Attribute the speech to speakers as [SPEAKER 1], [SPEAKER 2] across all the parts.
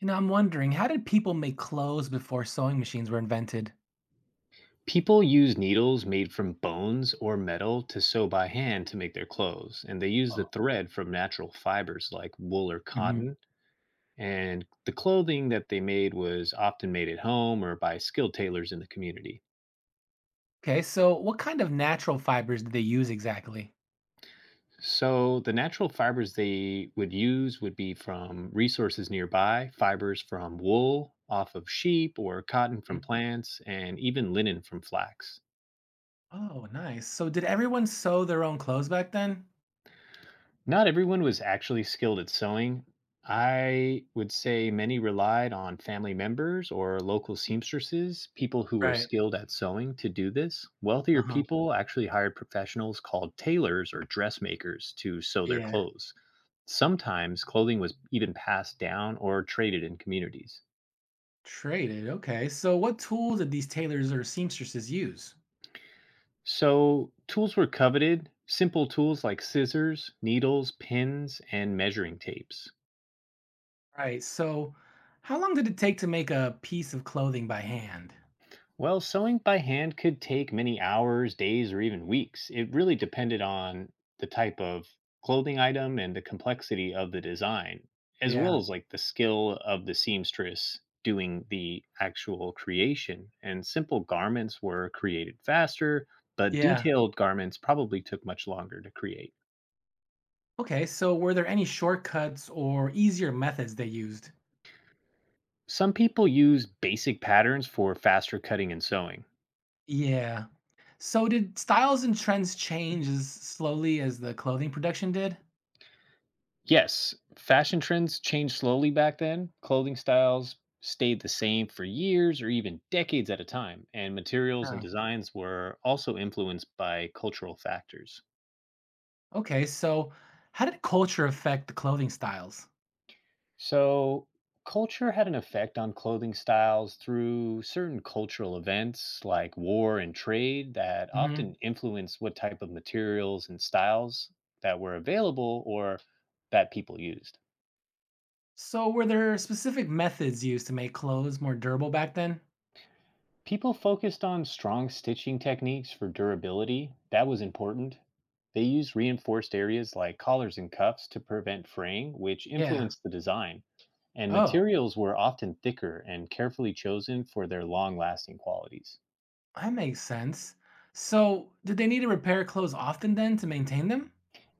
[SPEAKER 1] You know, I'm wondering, how did people make clothes before sewing machines were invented?
[SPEAKER 2] People use needles made from bones or metal to sew by hand to make their clothes, and they use
[SPEAKER 1] Oh.
[SPEAKER 2] the thread from natural fibers like wool or
[SPEAKER 1] Hmm.
[SPEAKER 2] cotton. And the clothing that they made was often made at home or by skilled tailors in the community.
[SPEAKER 1] Okay, so what kind of natural fibers did they use exactly?
[SPEAKER 2] So the natural fibers they would use would be from resources nearby, fibers from wool off of sheep or cotton
[SPEAKER 1] mm,
[SPEAKER 2] from plants, and even linen from flax.
[SPEAKER 1] Oh, nice. So did everyone sew their own clothes back then?
[SPEAKER 2] Not everyone was actually skilled at sewing. I would say many relied on family members or local seamstresses, people who were
[SPEAKER 1] Right.
[SPEAKER 2] skilled at sewing to do this.
[SPEAKER 1] Uh
[SPEAKER 2] Wealthier
[SPEAKER 1] huh.
[SPEAKER 2] people actually hired professionals called tailors or dressmakers to sew their
[SPEAKER 1] Yeah.
[SPEAKER 2] clothes. Sometimes clothing was even passed down or traded in communities.
[SPEAKER 1] Traded. Okay. So what tools did these tailors or seamstresses use?
[SPEAKER 2] So tools were coveted, simple tools like scissors, needles, pins, and measuring tapes.
[SPEAKER 1] Right. So how long did it take to make a piece of clothing by hand?
[SPEAKER 2] Well, sewing by hand could take many hours, days, or even weeks. It really depended on the type of clothing item and the complexity of the design, as well
[SPEAKER 1] Yeah.
[SPEAKER 2] as like the skill of the seamstress doing the actual creation. And simple garments were created faster, but
[SPEAKER 1] Yeah.
[SPEAKER 2] detailed garments probably took much longer to create.
[SPEAKER 1] Okay. So were there any shortcuts or easier methods they used?
[SPEAKER 2] Some people use basic patterns for faster cutting and sewing.
[SPEAKER 1] Yeah. So did styles and trends change as slowly as the clothing production did?
[SPEAKER 2] Yes, fashion trends changed slowly back then. Clothing styles stayed the same for years or even decades at a time, and materials and
[SPEAKER 1] Oh,
[SPEAKER 2] designs were also influenced by cultural factors.
[SPEAKER 1] okay. So how did culture affect the clothing styles?
[SPEAKER 2] So, culture had an effect on clothing styles through certain cultural events like war and trade that
[SPEAKER 1] Hmm.
[SPEAKER 2] often influenced what type of materials and styles that were available or that people used.
[SPEAKER 1] So were there specific methods used to make clothes more durable back then?
[SPEAKER 2] People focused on strong stitching techniques for durability. That was important. They used reinforced areas like collars and cuffs to prevent fraying, which
[SPEAKER 1] Yeah.
[SPEAKER 2] influenced the design. And
[SPEAKER 1] Oh,
[SPEAKER 2] materials were often thicker and carefully chosen for their long lasting qualities.
[SPEAKER 1] that makes sense. So did they need to repair clothes often then to maintain them?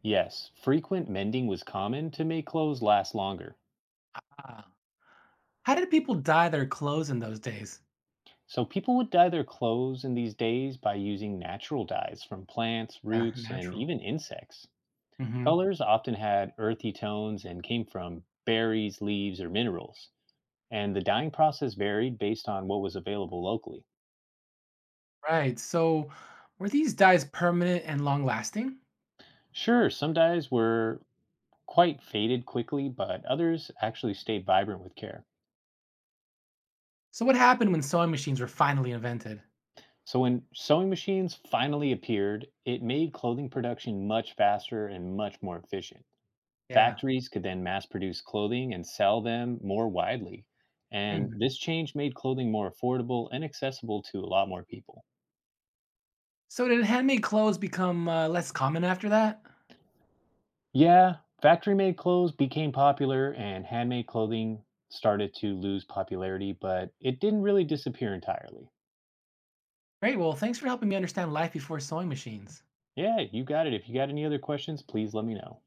[SPEAKER 2] Yes, frequent mending was common to make clothes last longer.
[SPEAKER 1] Ah. How did people dye their clothes in those days?
[SPEAKER 2] So people would dye their clothes in these days by using natural dyes from plants,
[SPEAKER 1] Yeah,
[SPEAKER 2] roots, and
[SPEAKER 1] natural.
[SPEAKER 2] even insects.
[SPEAKER 1] Hmm.
[SPEAKER 2] Colors often had earthy tones and came from berries, leaves, or minerals, and the dyeing process varied based on what was available locally.
[SPEAKER 1] Right. So, were these dyes permanent and long lasting?
[SPEAKER 2] Sure, some dyes were quite faded quickly, but others actually stayed vibrant with care.
[SPEAKER 1] So, what happened when sewing machines were finally invented?
[SPEAKER 2] So when sewing machines finally appeared, it made clothing production much faster and much more efficient.
[SPEAKER 1] Yeah.
[SPEAKER 2] Factories could then mass produce clothing and sell them more widely. And
[SPEAKER 1] Mm.
[SPEAKER 2] this change made clothing more affordable and accessible to a lot more people.
[SPEAKER 1] So, did handmade clothes become less common after that?
[SPEAKER 2] Yeah, factory-made clothes became popular and handmade clothing started to lose popularity, but it didn't really disappear entirely.
[SPEAKER 1] Great. Well, thanks for helping me understand life before sewing machines.
[SPEAKER 2] Yeah, you got it. If you got any other questions, please let me know.